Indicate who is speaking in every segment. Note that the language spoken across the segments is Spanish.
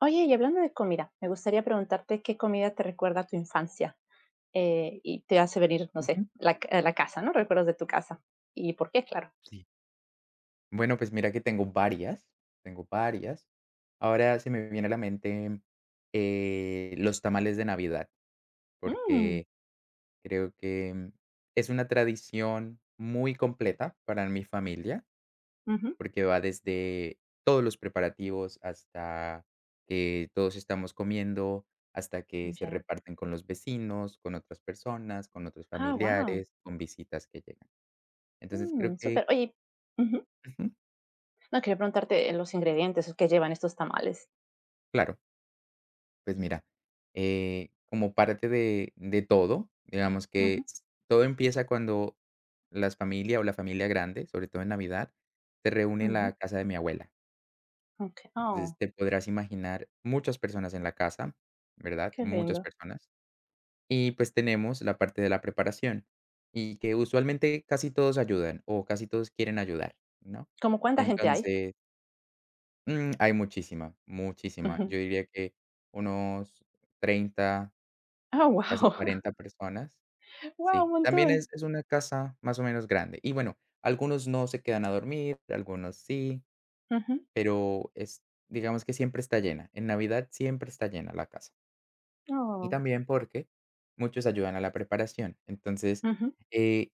Speaker 1: Oye, y hablando de comida, me gustaría preguntarte qué comida te recuerda a tu infancia y te hace venir, no sé,
Speaker 2: Ujú,
Speaker 1: la, la casa, ¿no? Recuerdos de tu casa. ¿Y por qué, claro?
Speaker 2: sí. Bueno, pues mira que tengo varias, tengo varias. Ahora se me viene a la mente, los tamales de Navidad,
Speaker 1: Mm,
Speaker 2: porque creo que es una tradición muy completa para mi familia,
Speaker 1: ujú,
Speaker 2: porque va desde todos los preparativos hasta que todos estamos comiendo, hasta que se
Speaker 1: ya.
Speaker 2: reparten con los vecinos, con otras personas, con otros
Speaker 1: Ah, wow.
Speaker 2: familiares, con visitas que llegan. Entonces creo que.
Speaker 1: Súper. Oye, ujú.
Speaker 2: Ujú,
Speaker 1: No, quería preguntarte los ingredientes que llevan estos tamales.
Speaker 2: claro. Pues mira, como parte de todo, digamos
Speaker 1: Ujú,
Speaker 2: que todo empieza cuando las familias o la familia grande, sobre todo en Navidad, se reúne en la
Speaker 1: ujú,
Speaker 2: casa de mi abuela.
Speaker 1: ok.
Speaker 2: Entonces
Speaker 1: Oh,
Speaker 2: te podrás imaginar muchas personas en la casa, ¿verdad?
Speaker 1: qué
Speaker 2: Muchas
Speaker 1: lindo.
Speaker 2: personas. Y pues tenemos la parte de la preparación y que usualmente casi todos ayudan o casi todos quieren ayudar, ¿no?
Speaker 1: ¿Cómo cuánta gente hay?
Speaker 2: Entonces, hay muchísima, muchísima. Yo
Speaker 1: Ujú.
Speaker 2: diría que unos 30,
Speaker 1: Ah,
Speaker 2: casi
Speaker 1: wow.
Speaker 2: 40 personas,
Speaker 1: Wow, un
Speaker 2: sí. También
Speaker 1: montón.
Speaker 2: es una casa más o menos grande. Y bueno, algunos no se quedan a dormir, algunos sí,
Speaker 1: Ujú.
Speaker 2: pero es digamos que siempre está llena. En Navidad siempre está llena la casa y
Speaker 1: Oh,
Speaker 2: también porque muchos ayudan a la preparación. Entonces,
Speaker 1: ujú,
Speaker 2: eh,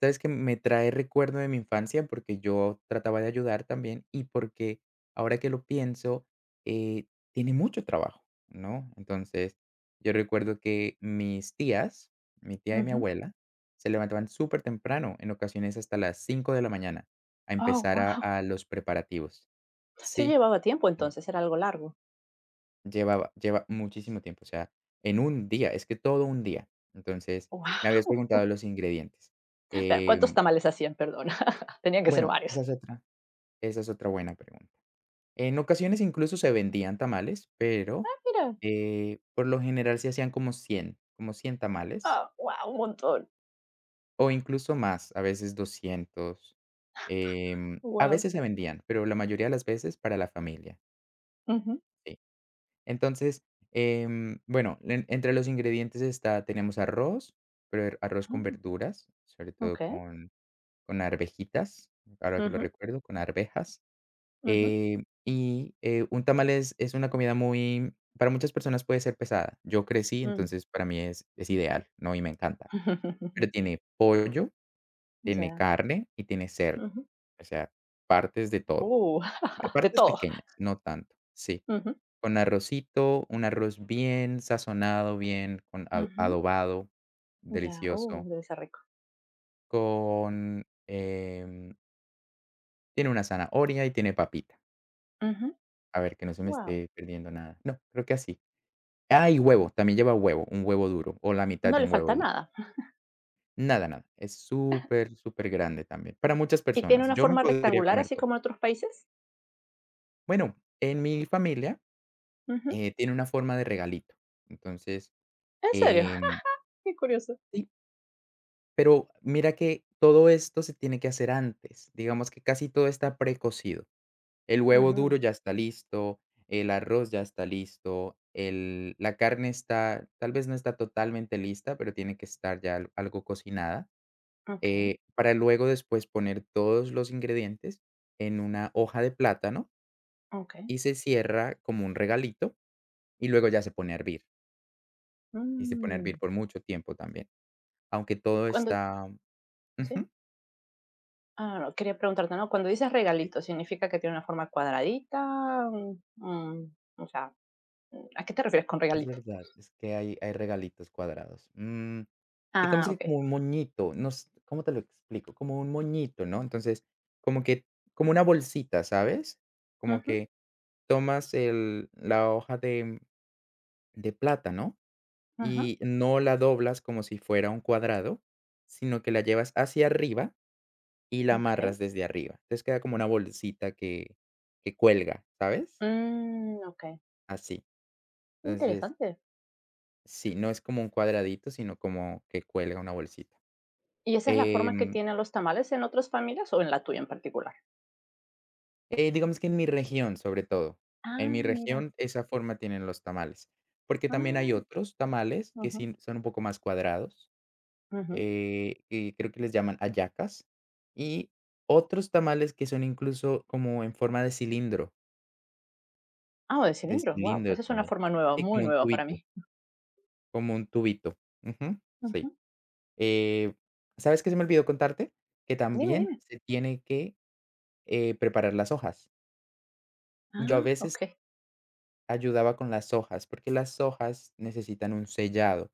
Speaker 2: ¿sabes que me trae recuerdo de mi infancia porque yo trataba de ayudar también y porque ahora que lo pienso, eh, tiene mucho trabajo, ¿no? Entonces, yo recuerdo que mis tías, mi tía y mi
Speaker 1: ujú.
Speaker 2: abuela, se levantaban súper temprano, en ocasiones hasta las 5 de la mañana, a
Speaker 1: Oh,
Speaker 2: empezar
Speaker 1: wow.
Speaker 2: a los preparativos.
Speaker 1: Sí
Speaker 2: Sí.
Speaker 1: llevaba tiempo entonces, era algo largo.
Speaker 2: Lleva muchísimo tiempo, o sea, en un día, es que todo un día. Entonces, me habías
Speaker 1: Wow,
Speaker 2: preguntado los ingredientes.
Speaker 1: ¿cuántos
Speaker 2: Em,
Speaker 1: tamales hacían? Perdona. Tenían que ser
Speaker 2: bueno,
Speaker 1: varios.
Speaker 2: esa es otra buena pregunta. En ocasiones incluso se vendían tamales, pero,
Speaker 1: Ah, mira.
Speaker 2: por lo general se hacían como 100 tamales,
Speaker 1: Ah, guau, un montón.
Speaker 2: o incluso más, a veces 200. A
Speaker 1: Wow,
Speaker 2: veces se vendían, pero la mayoría de las veces para la familia,
Speaker 1: ujú.
Speaker 2: sí. Entonces, bueno, entre los ingredientes está, tenemos arroz, pero arroz con
Speaker 1: Ah,
Speaker 2: verduras, sobre todo
Speaker 1: okey.
Speaker 2: con arvejitas, ahora que lo
Speaker 1: Ujú,
Speaker 2: recuerdo, con arvejas.
Speaker 1: ujú,
Speaker 2: Un tamal es una comida muy, para muchas personas puede ser pesada. Yo crecí,
Speaker 1: mm.
Speaker 2: entonces para mí es ideal, ¿no? Y me encanta. Pero tiene pollo, tiene
Speaker 1: Ya.
Speaker 2: carne y tiene cerdo.
Speaker 1: Ujú.
Speaker 2: O sea, partes de todo.
Speaker 1: Uh, de
Speaker 2: Partes
Speaker 1: todo.
Speaker 2: pequeñas, no tanto. Sí.
Speaker 1: Ujú,
Speaker 2: Con arrocito, un arroz bien sazonado, bien con a
Speaker 1: ujú.
Speaker 2: adobado,
Speaker 1: Ya.
Speaker 2: delicioso,
Speaker 1: Debe ser rico.
Speaker 2: con, em, tiene una zanahoria y tiene papita.
Speaker 1: Wow,
Speaker 2: A ver, que no se me esté perdiendo nada. No, creo que así. Ah, y huevo, también lleva huevo, un huevo duro, o la mitad
Speaker 1: no
Speaker 2: de
Speaker 1: le
Speaker 2: un huevo
Speaker 1: falta
Speaker 2: duro.
Speaker 1: nada.
Speaker 2: Nada, nada, es súper, súper grande también, para muchas
Speaker 1: ¿Y tiene
Speaker 2: personas.
Speaker 1: una
Speaker 2: Yo me
Speaker 1: forma
Speaker 2: podría
Speaker 1: rectangular,
Speaker 2: comer
Speaker 1: así
Speaker 2: 2.
Speaker 1: como en otros países?
Speaker 2: Bueno, en mi familia,
Speaker 1: Ujú.
Speaker 2: tiene una forma de regalito. Entonces,
Speaker 1: ¿En serio?
Speaker 2: em
Speaker 1: Qué curioso.
Speaker 2: sí. Pero mira que todo esto se tiene que hacer antes, digamos que casi todo está precocido. El huevo duro
Speaker 1: Ujú.
Speaker 2: ya está listo, el arroz ya está listo, el la carne está tal vez no está totalmente lista, pero tiene que estar ya al algo cocinada,
Speaker 1: Okey,
Speaker 2: para luego después poner todos los ingredientes en una hoja de plátano
Speaker 1: okey.
Speaker 2: y se cierra como un regalito, y luego ya se pone a hervir, y se pone a hervir
Speaker 1: Mm.
Speaker 2: por mucho tiempo también, aunque todo
Speaker 1: Cuando
Speaker 2: está.
Speaker 1: sí.
Speaker 2: Ujú.
Speaker 1: Ah, no, quería preguntarte, ¿no? Cuando dices regalito, ¿significa que tiene una forma cuadradita? O sea, ¿a qué te refieres con
Speaker 2: Es
Speaker 1: regalito?
Speaker 2: verdad, es que hay regalitos cuadrados. Mm, digamos
Speaker 1: Ah,
Speaker 2: que
Speaker 1: okey.
Speaker 2: como un moñito, no s ¿cómo te lo explico? Como un moñito, ¿no? Entonces, como que como una bolsita, ¿sabes? Como
Speaker 1: Ujú,
Speaker 2: que tomas el la hoja de plátano
Speaker 1: ajá,
Speaker 2: y no la doblas como si fuera un cuadrado, sino que la llevas hacia arriba y la amarras
Speaker 1: okey.
Speaker 2: desde arriba. Entonces, queda como una bolsita que cuelga, ¿sabes?
Speaker 1: Mm, okey,
Speaker 2: Así. Entonces,
Speaker 1: interesante.
Speaker 2: sí, no es como un cuadradito, sino como que cuelga una bolsita.
Speaker 1: ¿Y esa es la forma que
Speaker 2: Em,
Speaker 1: tienen los tamales en otras familias o en la tuya en particular?
Speaker 2: digamos que en mi región, sobre todo. En
Speaker 1: Ah,
Speaker 2: mi
Speaker 1: mira.
Speaker 2: región, esa forma tienen los tamales, porque también hay
Speaker 1: Ah,
Speaker 2: otros tamales que
Speaker 1: ujú,
Speaker 2: sí son un poco más cuadrados,
Speaker 1: ujú.
Speaker 2: que creo que les llaman hallacas, y otros tamales que son incluso como en forma
Speaker 1: Ah, o de
Speaker 2: de
Speaker 1: cilindro, guau,
Speaker 2: cilindro
Speaker 1: esa es una
Speaker 2: también.
Speaker 1: forma nueva,
Speaker 2: Sí,
Speaker 1: muy
Speaker 2: como un
Speaker 1: nueva para
Speaker 2: tubito,
Speaker 1: mí.
Speaker 2: como un tubito. Ujú, sí.
Speaker 1: Ujú.
Speaker 2: Eh, ¿Sabes qué se me olvidó contarte? Que
Speaker 1: Dime,
Speaker 2: también
Speaker 1: dime.
Speaker 2: se tiene que preparar las hojas. Yo a
Speaker 1: Ah,
Speaker 2: veces
Speaker 1: okey.
Speaker 2: ayudaba con las hojas, porque las hojas necesitan un sellado,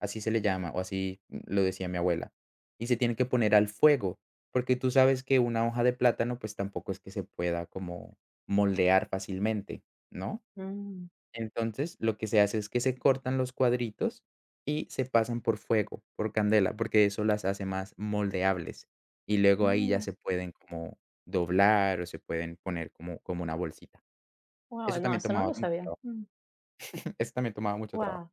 Speaker 2: así se le llama, o así lo decía mi abuela, y se tiene que poner al fuego, porque tú sabes que una hoja de plátano, pues tampoco es que se pueda como moldear fácilmente, ¿no?
Speaker 1: Mm,
Speaker 2: Entonces, lo que se hace es que se cortan los cuadritos y se pasan por fuego, por candela, porque eso las hace más moldeables. Y luego
Speaker 1: ah,
Speaker 2: ahí ya
Speaker 1: mira.
Speaker 2: se pueden como doblar o se pueden poner como una bolsita.
Speaker 1: Guau,
Speaker 2: Eso
Speaker 1: no,
Speaker 2: también
Speaker 1: eso no
Speaker 2: tomaba
Speaker 1: lo
Speaker 2: mucho
Speaker 1: sabía.
Speaker 2: trabajo, eso también tomaba mucho trabajo,
Speaker 1: Guau.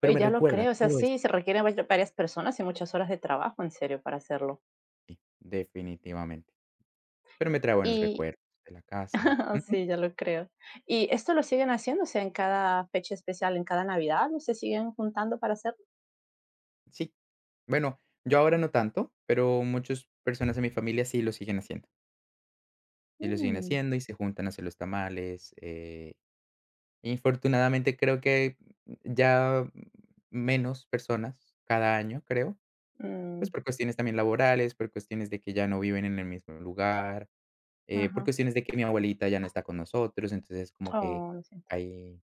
Speaker 2: pero
Speaker 1: Oye,
Speaker 2: me
Speaker 1: ya lo
Speaker 2: recuerda
Speaker 1: creo, o sea,
Speaker 2: todo esto
Speaker 1: sí, se
Speaker 2: a
Speaker 1: requieren varias personas y muchas horas de trabajo, en serio, para hacerlo.
Speaker 2: ti, definitivamente, pero me trae buenos
Speaker 1: Y
Speaker 2: recuerdos de la casa. Ujú,
Speaker 1: sí, ya lo creo. ¿Y esto lo siguen haciendo? O sea, en cada fecha especial, en cada Navidad, ¿no se siguen juntando para hacerlo?
Speaker 2: sí. Bueno, yo ahora no tanto, pero muchas personas de mi familia sí lo siguen haciendo, sí lo siguen
Speaker 1: Mm,
Speaker 2: haciendo y se juntan a hacer los tamales, infortunadamente creo que ya menos personas cada año, creo, pues,
Speaker 1: mm,
Speaker 2: por cuestiones también laborales, por cuestiones de que ya no viven en el mismo lugar. Por
Speaker 1: ajá.
Speaker 2: cuestiones de que mi abuelita ya no está con nosotros, entonces como que
Speaker 1: Oh, lo siento.
Speaker 2: ahí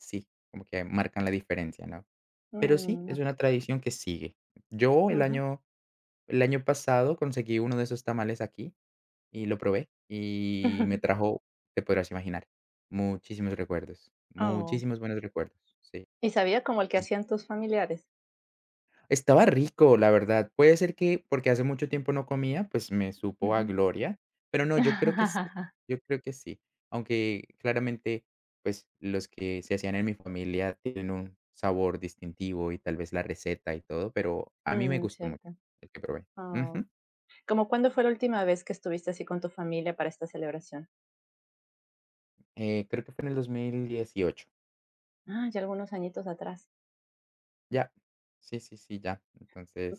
Speaker 2: sí, como que marcan la diferencia, ¿no? Pero sí,
Speaker 1: Mm,
Speaker 2: es una
Speaker 1: ok,
Speaker 2: tradición que sigue. Yo
Speaker 1: ujú.
Speaker 2: el año pasado conseguí uno de esos tamales aquí y lo probé y me trajo, te podrás imaginar, muchísimos recuerdos,
Speaker 1: Oh.
Speaker 2: muchísimos buenos recuerdos, sí.
Speaker 1: ¿Y sabía como el que hacían tus familiares?
Speaker 2: Estaba rico, la verdad. Puede ser que porque hace mucho tiempo no comía, pues me supo a
Speaker 1: Ujú.
Speaker 2: gloria, pero no, yo creo que sí, yo creo que sí. Aunque claramente, pues los que se hacían en mi familia tienen un sabor distintivo y tal vez la receta y todo, pero a mí me
Speaker 1: Mm,
Speaker 2: gustó mucho
Speaker 1: cierto.
Speaker 2: el que probé.
Speaker 1: Oh.
Speaker 2: Ujú.
Speaker 1: ¿Cómo cuándo fue la última vez que estuviste así con tu familia para esta celebración?
Speaker 2: Creo que fue en el 2018.
Speaker 1: Ah, ya algunos añitos atrás.
Speaker 2: Ya. Sí, sí, sí, ya.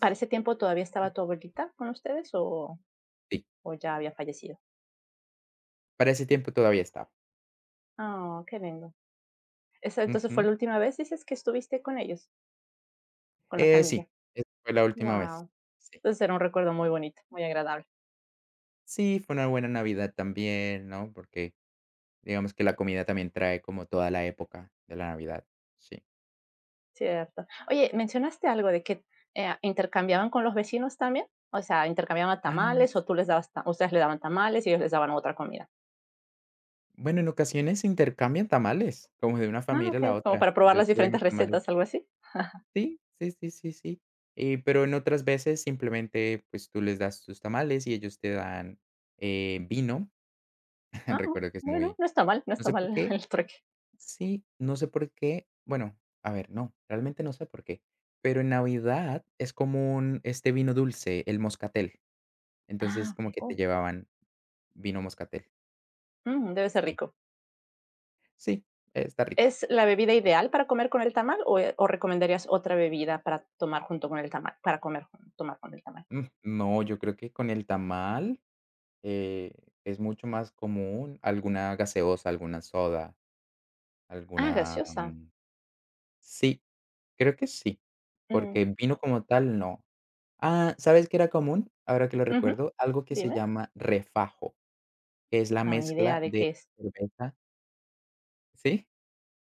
Speaker 1: ¿Para ese tiempo todavía estaba tu abuelita con ustedes o
Speaker 2: sí,
Speaker 1: ya había fallecido?
Speaker 2: para ese tiempo todavía estaba.
Speaker 1: Ah, qué lindo. Esa entonces, ¿fue
Speaker 2: Ujú.
Speaker 1: la última vez dices que estuviste con ellos, con la
Speaker 2: Sí,
Speaker 1: familia?
Speaker 2: esa fue la última vez.
Speaker 1: Wow.
Speaker 2: Sí.
Speaker 1: Entonces, era un recuerdo muy bonito, muy agradable,
Speaker 2: Sí, fue una buena Navidad también, ¿no? Porque digamos que la comida también trae como toda la época de la Navidad, sí.
Speaker 1: cierto. Oye, mencionaste algo de que, ¿intercambiaban con los vecinos también? O sea, ¿intercambiaban tamales
Speaker 2: Ah.
Speaker 1: o tú les dabas ta ustedes le daban tamales y ellos les daban otra comida?
Speaker 2: Bueno, en ocasiones se intercambian tamales, como de una
Speaker 1: Ah,
Speaker 2: familia a la
Speaker 1: okey, como
Speaker 2: otra.
Speaker 1: para probar
Speaker 2: Yo te
Speaker 1: las
Speaker 2: doy mis
Speaker 1: diferentes
Speaker 2: tamales.
Speaker 1: recetas, ¿algo así?
Speaker 2: Sí, sí, sí, sí, sí. Pero en otras veces simplemente, pues, tú les das tus tamales y ellos te dan, vino.
Speaker 1: Ah, oh,
Speaker 2: Recuerdo que es
Speaker 1: bueno,
Speaker 2: muy.
Speaker 1: no está mal, no
Speaker 2: No
Speaker 1: está
Speaker 2: sé por
Speaker 1: mal
Speaker 2: qué.
Speaker 1: el trueque.
Speaker 2: Sí, no sé por qué. Bueno, a ver, no, realmente no sé por qué. Pero en Navidad es común este vino dulce, el moscatel.
Speaker 1: Ah,
Speaker 2: Entonces, como
Speaker 1: okey,
Speaker 2: que te
Speaker 1: oh,
Speaker 2: llevaban vino moscatel.
Speaker 1: mm, debe ser
Speaker 2: Sí,
Speaker 1: rico.
Speaker 2: sí, está rico.
Speaker 1: ¿Es la bebida ideal para comer con el tamal o recomendarías otra bebida para tomar junto con el tamal? Para comer, tomar con el tamal.
Speaker 2: Mm, no, yo creo que con el tamal eh, es mucho más común alguna gaseosa, alguna soda,
Speaker 1: Ah,
Speaker 2: alguna...
Speaker 1: gaseosa.
Speaker 2: mm, Sí, creo que sí, porque
Speaker 1: Mm,
Speaker 2: vino como tal no. Ah, ¿sabes qué era común? Ahora que lo
Speaker 1: ujú.
Speaker 2: recuerdo, algo que se
Speaker 1: Dime.
Speaker 2: llama refajo. Que es la
Speaker 1: No, ni idea
Speaker 2: mezcla
Speaker 1: de
Speaker 2: de
Speaker 1: qué es.
Speaker 2: cerveza. Sí,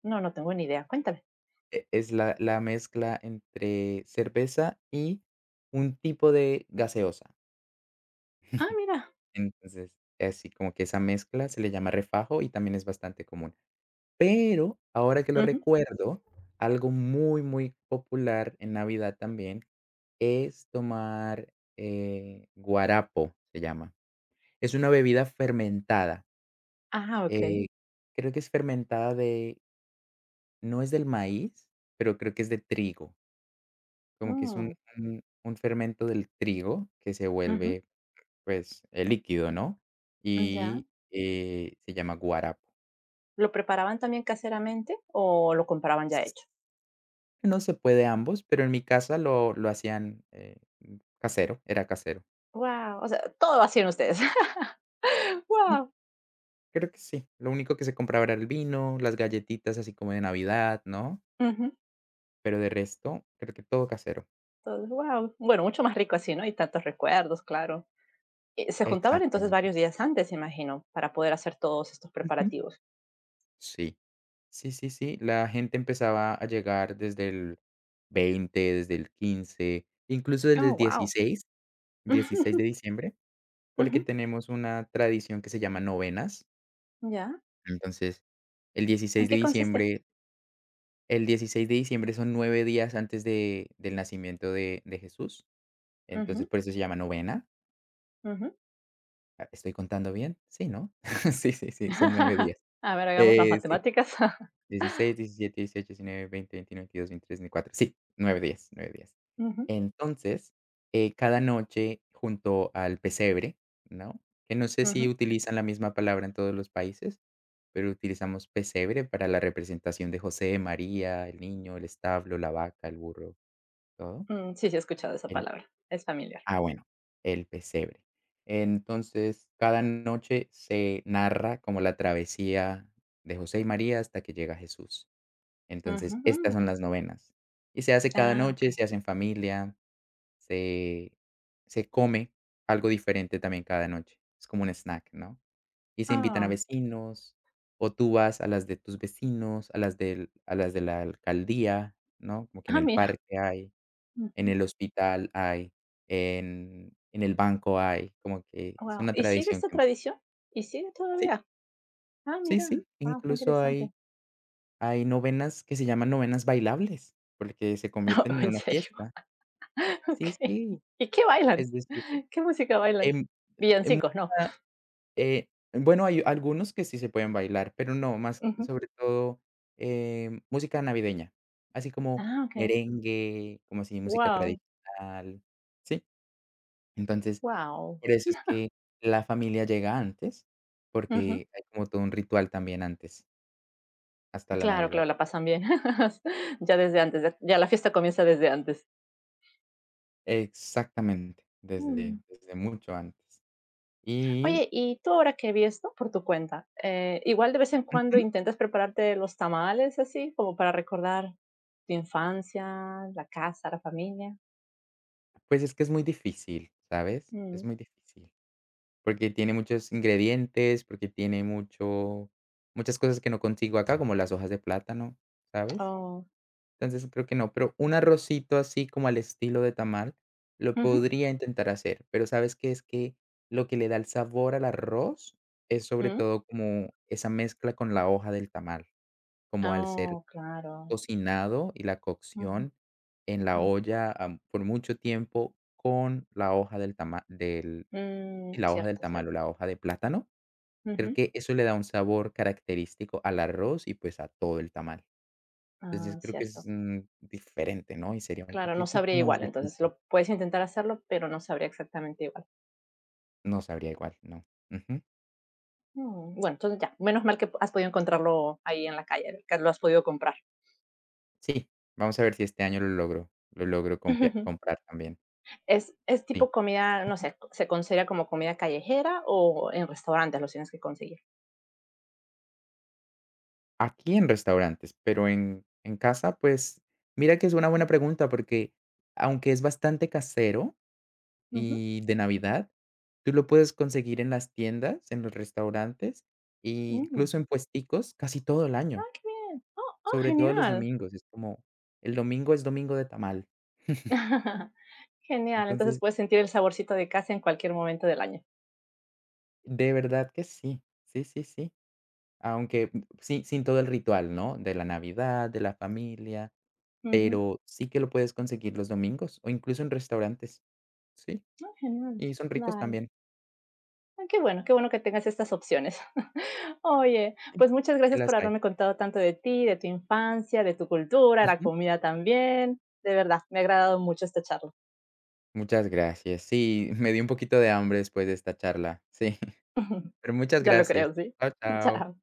Speaker 1: No, no tengo ni idea. Cuéntame.
Speaker 2: es la mezcla entre cerveza y un tipo de gaseosa.
Speaker 1: Ah, mira.
Speaker 2: Entonces, así como que esa mezcla se le llama refajo y también es bastante común. Pero, ahora que lo
Speaker 1: Ujú.
Speaker 2: recuerdo, algo muy, muy popular en Navidad también es tomar, guarapo, se llama. Es una bebida fermentada,
Speaker 1: Ah, ok.
Speaker 2: eh, creo que es fermentada de. No es del maíz, pero creo que es de trigo, como que es
Speaker 1: Mm,
Speaker 2: un fermento del trigo que se
Speaker 1: ujú.
Speaker 2: vuelve, pues, líquido, ¿no?
Speaker 1: Ya.
Speaker 2: Y, se llama guarapo.
Speaker 1: ¿Lo preparaban también caseramente o lo compraban ya
Speaker 2: S-
Speaker 1: hecho?
Speaker 2: No se puede ambos, pero en mi casa lo hacían, casero, era casero.
Speaker 1: Wow. O sea, todo lo hacían ustedes.
Speaker 2: Sí,
Speaker 1: Wow.
Speaker 2: creo que sí. Lo único que se compraba era el vino, las galletitas así como de Navidad, ¿no? Pero de resto, creo que todo casero.
Speaker 1: Wow. Bueno, mucho más rico así, ¿no? Y tantos recuerdos, claro. Se juntaban entonces
Speaker 2: Exactamente.
Speaker 1: varios días antes, imagino, para poder hacer todos estos
Speaker 2: Ujú.
Speaker 1: preparativos.
Speaker 2: Sí. Sí, sí, sí, la gente empezaba a llegar desde el 20, desde el 15, incluso desde
Speaker 1: Oh,
Speaker 2: el
Speaker 1: wow.
Speaker 2: 16 de diciembre, porque tenemos una tradición que se llama novenas.
Speaker 1: ya.
Speaker 2: Entonces, el
Speaker 1: ¿En
Speaker 2: 16 de
Speaker 1: qué consiste?
Speaker 2: diciembre el 16 de diciembre son 9 días antes de del nacimiento de Jesús, entonces,
Speaker 1: Ujú,
Speaker 2: por eso se llama novena.
Speaker 1: ujú.
Speaker 2: Ah, ¿estoy contando bien? Sí, ¿no? Sí, sí, sí, son 9 días.
Speaker 1: A ver, hagamos las
Speaker 2: Sí.
Speaker 1: matemáticas.
Speaker 2: 16 17 18 19 20 21 22 23 24 Sí, 9 días, 9 días.
Speaker 1: Ujú,
Speaker 2: Entonces, cada noche junto al pesebre, ¿no? Que no sé si
Speaker 1: ujú.
Speaker 2: utilizan la misma palabra en todos los países, pero utilizamos pesebre para la representación de José, María, el niño, el establo, la vaca, el burro, todo.
Speaker 1: Mm, sí, sí, he escuchado esa
Speaker 2: El,
Speaker 1: palabra. Es familiar.
Speaker 2: ah, bueno, el pesebre. Entonces, cada noche se narra como la travesía de José y María hasta que llega Jesús.
Speaker 1: Ujú,
Speaker 2: Entonces, estas son
Speaker 1: mm.
Speaker 2: las novenas. Y se hace cada
Speaker 1: Ah, ok.
Speaker 2: noche, se hace en familia, se se come algo diferente también cada noche. Es como un snack, ¿no? Y se invitan a
Speaker 1: Ah,
Speaker 2: vecinos, o tú vas a las de tus vecinos, a las de la alcaldía, ¿no? Como que en
Speaker 1: ah,
Speaker 2: el
Speaker 1: mira.
Speaker 2: parque hay, en
Speaker 1: Ujú.
Speaker 2: el hospital hay, en el banco hay, como que es
Speaker 1: Wow.
Speaker 2: una
Speaker 1: ¿Y sigue
Speaker 2: tradición
Speaker 1: esta
Speaker 2: que.
Speaker 1: tradición? ¿Y sigue
Speaker 2: Sí,
Speaker 1: todavía? Ah,
Speaker 2: sí,
Speaker 1: mira.
Speaker 2: sí,
Speaker 1: Wow, qué
Speaker 2: incluso
Speaker 1: interesante.
Speaker 2: hay novenas que se llaman novenas bailables, porque se convierten en
Speaker 1: en
Speaker 2: una
Speaker 1: serio.
Speaker 2: fiesta. Sí,
Speaker 1: Okey.
Speaker 2: sí,
Speaker 1: ¿Y qué bailan?
Speaker 2: es decir,
Speaker 1: ¿Qué música bailan?
Speaker 2: em, en
Speaker 1: Villancicos, ¿no?
Speaker 2: música, bueno, hay algunos que sí se pueden bailar, pero no, más
Speaker 1: Ujú.
Speaker 2: sobre todo, música navideña, así como
Speaker 1: Ah, okey.
Speaker 2: merengue, como así música
Speaker 1: Guau,
Speaker 2: tradicional, ¿sí? Entonces,
Speaker 1: guau.
Speaker 2: por eso es que la familia llega antes,
Speaker 1: Ujú.
Speaker 2: porque hay como todo un ritual también antes, hasta la
Speaker 1: Claro,
Speaker 2: Navidad.
Speaker 1: claro, la pasan bien. Ya desde antes, ya la fiesta comienza desde antes.
Speaker 2: Exactamente,
Speaker 1: Mm.
Speaker 2: desde mucho antes.
Speaker 1: Oye,
Speaker 2: Y,
Speaker 1: y tú ahora que vives, ¿no?, por tu cuenta, igual de vez en cuando
Speaker 2: ujú,
Speaker 1: intentas prepararte los tamales así, como para recordar tu infancia, la casa, la familia.
Speaker 2: pues es que es muy difícil, ¿sabes? Es
Speaker 1: Mm.
Speaker 2: muy difícil. Porque tiene muchos ingredientes, porque tiene mucho muchas cosas que no consigo acá, como las hojas de plátano, ¿sabes?
Speaker 1: Oh.
Speaker 2: Entonces, creo que no, pero un arrocito así como al estilo de tamal, lo
Speaker 1: Ujú.
Speaker 2: podría intentar hacer, pero ¿sabes qué? Es que lo que le da el sabor al arroz es sobre
Speaker 1: Mm.
Speaker 2: todo como esa mezcla con la hoja del tamal, como al ser
Speaker 1: Oh, claro.
Speaker 2: cocinado y la
Speaker 1: Ujú.
Speaker 2: cocción en la
Speaker 1: Mm.
Speaker 2: olla, por mucho tiempo con la hoja del tamal, del sí,
Speaker 1: Mm,
Speaker 2: la hoja del
Speaker 1: cierto,
Speaker 2: tamal o
Speaker 1: cierto.
Speaker 2: la hoja de plátano. Creo
Speaker 1: Ujú.
Speaker 2: que eso le da un sabor característico al arroz y, pues, a todo el tamal. Entonces,
Speaker 1: Ah,
Speaker 2: creo que es,
Speaker 1: cierto.
Speaker 2: diferente, ¿no? Y sería un
Speaker 1: Claro, no
Speaker 2: poquitito
Speaker 1: sabría
Speaker 2: más
Speaker 1: igual, entonces
Speaker 2: difícil.
Speaker 1: lo puedes intentar hacerlo, pero no sabría exactamente igual.
Speaker 2: No sabría igual, no. Ujú.
Speaker 1: Mm, bueno, entonces ya, menos mal que has podido encontrarlo ahí en la calle, que lo has podido comprar.
Speaker 2: Sí, vamos a ver si este año lo logro compia comprar también.
Speaker 1: Es
Speaker 2: Sí.
Speaker 1: tipo comida, no
Speaker 2: Ujú.
Speaker 1: sé, se considera como comida callejera o en restaurantes los tienes que conseguir?
Speaker 2: Aquí en restaurantes, pero en casa, pues, mira que es una buena pregunta porque, aunque es bastante casero
Speaker 1: Ujú.
Speaker 2: y de Navidad, tú lo puedes conseguir en las tiendas, en los restaurantes, e
Speaker 1: Mm.
Speaker 2: incluso en puesticos casi todo el año,
Speaker 1: Ah, qué bien. Oh, oh,
Speaker 2: sobre todo los
Speaker 1: genial.
Speaker 2: domingos. Es como el domingo es domingo de tamal.
Speaker 1: Genial, entonces
Speaker 2: Entonces,
Speaker 1: puedes sentir el saborcito de casa en cualquier momento del año.
Speaker 2: de verdad que sí, sí, sí, sí. Aunque sí, sin todo el ritual, ¿no? De la Navidad, de la familia,
Speaker 1: Ujú.
Speaker 2: pero sí que lo puedes conseguir los domingos o incluso en restaurantes, sí,
Speaker 1: Ah, genial.
Speaker 2: y son ricos
Speaker 1: Vale.
Speaker 2: también,
Speaker 1: Ah, qué bueno que tengas estas opciones. Oye, pues muchas
Speaker 2: y
Speaker 1: gracias
Speaker 2: las
Speaker 1: por
Speaker 2: hay.
Speaker 1: haberme contado tanto de ti, de tu infancia, de tu cultura, la
Speaker 2: Ujú.
Speaker 1: comida también. De verdad, me ha agradado mucho esta charla.
Speaker 2: Muchas gracias. Sí, me dio un poquito de hambre después de esta charla. Sí. Pero muchas
Speaker 1: Ya lo
Speaker 2: gracias.
Speaker 1: creo, sí.
Speaker 2: Chao, chao.
Speaker 1: Chao.